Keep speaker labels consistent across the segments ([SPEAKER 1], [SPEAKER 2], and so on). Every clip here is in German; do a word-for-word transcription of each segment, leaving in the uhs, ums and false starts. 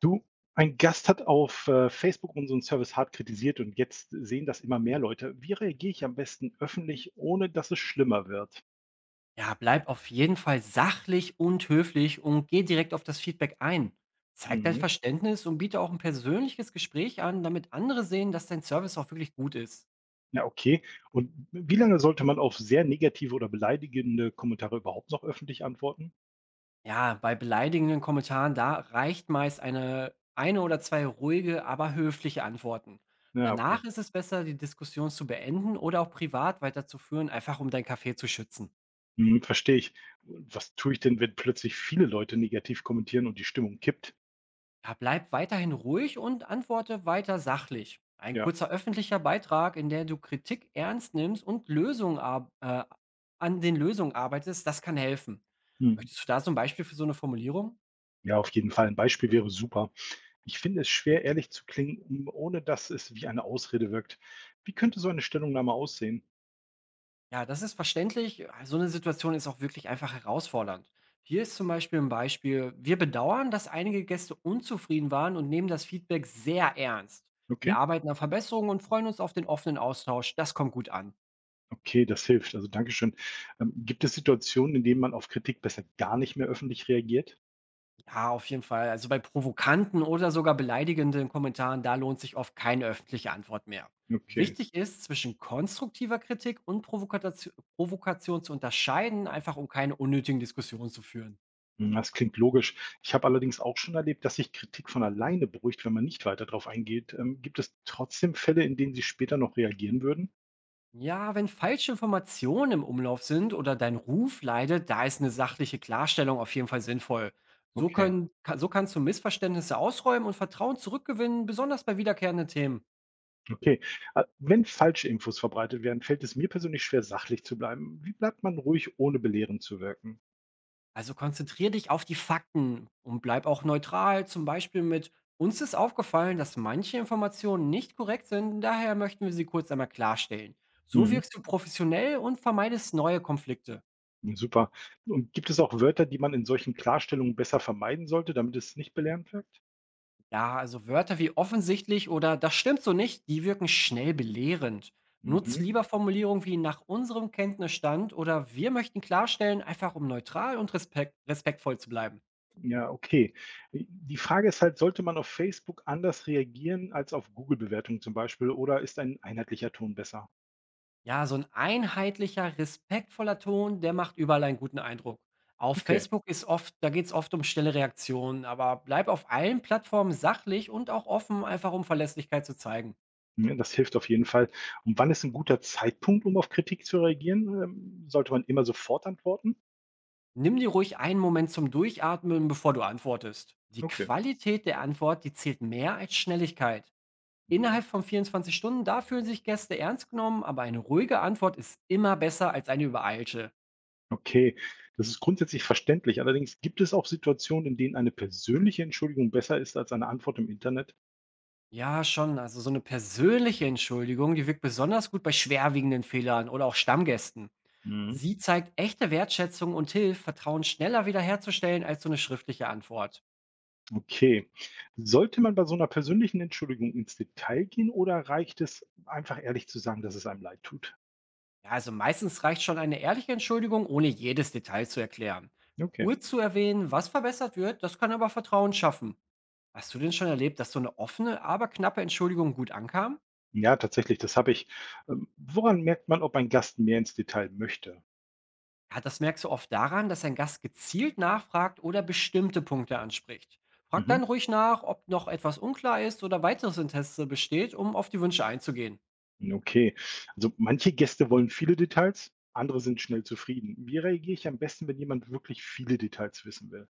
[SPEAKER 1] Du, ein Gast hat auf äh, Facebook unseren Service hart kritisiert und jetzt sehen das immer mehr Leute. Wie reagiere ich am besten öffentlich, ohne dass es schlimmer wird?
[SPEAKER 2] Ja, bleib auf jeden Fall sachlich und höflich und geh direkt auf das Feedback ein. Zeig dein
[SPEAKER 1] Mhm.
[SPEAKER 2] Verständnis und biete auch ein persönliches Gespräch an, damit andere sehen, dass dein Service auch wirklich gut ist.
[SPEAKER 1] Ja, okay. Und wie lange sollte man auf sehr negative oder beleidigende Kommentare überhaupt noch öffentlich antworten?
[SPEAKER 2] Ja, bei beleidigenden Kommentaren, da reicht meist eine, eine oder zwei ruhige, aber höfliche Antworten.
[SPEAKER 1] Ja, okay.
[SPEAKER 2] Danach ist es besser, die Diskussion zu beenden oder auch privat weiterzuführen, einfach um dein Café zu schützen.
[SPEAKER 1] Mhm, verstehe ich. Was tue ich denn, wenn plötzlich viele Leute negativ kommentieren und die Stimmung kippt?
[SPEAKER 2] Ja, bleib weiterhin ruhig und antworte weiter sachlich. Ein
[SPEAKER 1] Ja.
[SPEAKER 2] kurzer öffentlicher Beitrag, in der du Kritik ernst nimmst und Lösungen ar- äh, an den Lösungen arbeitest, das kann helfen.
[SPEAKER 1] Mhm.
[SPEAKER 2] Möchtest du da so ein Beispiel für so eine Formulierung?
[SPEAKER 1] Ja, auf jeden Fall. Ein Beispiel wäre super. Ich finde es schwer, ehrlich zu klingen, ohne dass es wie eine Ausrede wirkt. Wie könnte so eine Stellungnahme aussehen?
[SPEAKER 2] Ja, das ist verständlich. So eine Situation ist auch wirklich einfach herausfordernd. Hier ist zum Beispiel ein Beispiel. Wir bedauern, dass einige Gäste unzufrieden waren und nehmen das Feedback sehr ernst. Wir
[SPEAKER 1] Okay,
[SPEAKER 2] arbeiten an Verbesserungen und freuen uns auf den offenen Austausch. Das kommt gut an.
[SPEAKER 1] okay, das hilft. Also Dankeschön. Ähm, gibt es Situationen, in denen man auf Kritik besser gar nicht mehr öffentlich reagiert?
[SPEAKER 2] Ja, auf jeden Fall. Also bei provokanten oder sogar beleidigenden Kommentaren, da lohnt sich oft keine öffentliche Antwort mehr.
[SPEAKER 1] Okay,
[SPEAKER 2] Wichtig ist, zwischen konstruktiver Kritik und Provokatio- Provokation zu unterscheiden, einfach um keine unnötigen Diskussionen zu führen.
[SPEAKER 1] hm, das klingt logisch. Ich habe allerdings auch schon erlebt, dass sich Kritik von alleine beruhigt, wenn man nicht weiter darauf eingeht. Ähm, gibt es trotzdem Fälle, in denen Sie später noch reagieren würden?
[SPEAKER 2] Ja, wenn falsche Informationen im Umlauf sind oder dein Ruf leidet, da ist eine sachliche Klarstellung auf jeden Fall sinnvoll. So,
[SPEAKER 1] Okay,
[SPEAKER 2] können, ka- so kannst du Missverständnisse ausräumen und Vertrauen zurückgewinnen, besonders bei wiederkehrenden Themen.
[SPEAKER 1] okay. Äh, Wenn falsche Infos verbreitet werden, fällt es mir persönlich schwer, sachlich zu bleiben. Wie bleibt man ruhig, ohne belehrend zu wirken?
[SPEAKER 2] Also konzentriere dich auf die Fakten und bleib auch neutral, zum Beispiel mit: uns ist aufgefallen, dass manche Informationen nicht korrekt sind, daher möchten wir sie kurz einmal klarstellen. So
[SPEAKER 1] Hm.
[SPEAKER 2] wirkst du professionell und vermeidest neue Konflikte.
[SPEAKER 1] Hm, super. Und gibt es auch Wörter, die man in solchen Klarstellungen besser vermeiden sollte, damit es nicht belehrend wirkt?
[SPEAKER 2] Ja, also Wörter wie offensichtlich oder das stimmt so nicht, die wirken schnell belehrend. Nutz
[SPEAKER 1] Mhm.
[SPEAKER 2] lieber Formulierungen wie nach unserem Kenntnisstand oder wir möchten klarstellen, einfach um neutral und respekt respektvoll zu bleiben.
[SPEAKER 1] Ja, okay. Die Frage ist halt, sollte man auf Facebook anders reagieren als auf Google-Bewertungen zum Beispiel oder ist ein einheitlicher Ton besser?
[SPEAKER 2] Ja, so ein einheitlicher, respektvoller Ton, der macht überall einen guten Eindruck. Auf
[SPEAKER 1] Okay,
[SPEAKER 2] Facebook ist oft, da geht es oft um schnelle Reaktionen, aber bleib auf allen Plattformen sachlich und auch offen, einfach um Verlässlichkeit zu zeigen.
[SPEAKER 1] ja, das hilft auf jeden Fall. Und wann ist ein guter Zeitpunkt, um auf Kritik zu reagieren? Ähm, Sollte man immer sofort antworten?
[SPEAKER 2] Nimm dir ruhig einen Moment zum Durchatmen, bevor du antwortest. Die
[SPEAKER 1] Okay.
[SPEAKER 2] Qualität der Antwort, die zählt mehr als Schnelligkeit.
[SPEAKER 1] Mhm.
[SPEAKER 2] Innerhalb von vierundzwanzig Stunden, da fühlen sich Gäste ernst genommen, aber eine ruhige Antwort ist immer besser als eine übereilte.
[SPEAKER 1] Okay, das ist grundsätzlich verständlich. Allerdings gibt es auch Situationen, in denen eine persönliche Entschuldigung besser ist als eine Antwort im Internet.
[SPEAKER 2] Ja, schon. Also so eine persönliche Entschuldigung, die wirkt besonders gut bei schwerwiegenden Fehlern oder auch Stammgästen.
[SPEAKER 1] Mhm.
[SPEAKER 2] Sie zeigt echte Wertschätzung und hilft, Vertrauen schneller wiederherzustellen als so eine schriftliche Antwort.
[SPEAKER 1] Okay. Sollte man bei so einer persönlichen Entschuldigung ins Detail gehen oder reicht es, einfach ehrlich zu sagen, dass es einem leid tut?
[SPEAKER 2] Ja, also meistens reicht schon eine ehrliche Entschuldigung, ohne jedes Detail zu erklären.
[SPEAKER 1] Okay.
[SPEAKER 2] Kurz zu erwähnen, was verbessert wird, das kann aber Vertrauen schaffen. Hast du denn schon erlebt, dass so eine offene, aber knappe Entschuldigung gut ankam?
[SPEAKER 1] Ja, tatsächlich, das habe ich. Ähm, woran merkt man, ob ein Gast mehr ins Detail möchte?
[SPEAKER 2] Ja, das merkst du oft daran, dass ein Gast gezielt nachfragt oder bestimmte Punkte anspricht. Frag
[SPEAKER 1] Mhm.
[SPEAKER 2] dann ruhig nach, ob noch etwas unklar ist oder weiteres Interesse besteht, um auf die Wünsche einzugehen.
[SPEAKER 1] Okay. Also, manche Gäste wollen viele Details, andere sind schnell zufrieden. Wie reagiere ich am besten, wenn jemand wirklich viele Details wissen will?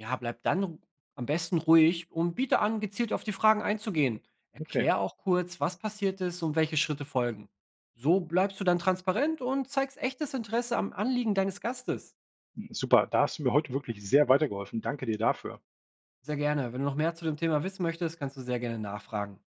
[SPEAKER 2] Ja, bleib dann ru- am besten ruhig und biete an, gezielt auf die Fragen einzugehen.
[SPEAKER 1] Okay,
[SPEAKER 2] Erklär auch kurz, was passiert ist und welche Schritte folgen. So bleibst du dann transparent und zeigst echtes Interesse am Anliegen deines Gastes.
[SPEAKER 1] super. Da hast du mir heute wirklich sehr weitergeholfen. Danke dir dafür.
[SPEAKER 2] Sehr gerne. Wenn du noch mehr zu dem Thema wissen möchtest, kannst du sehr gerne nachfragen.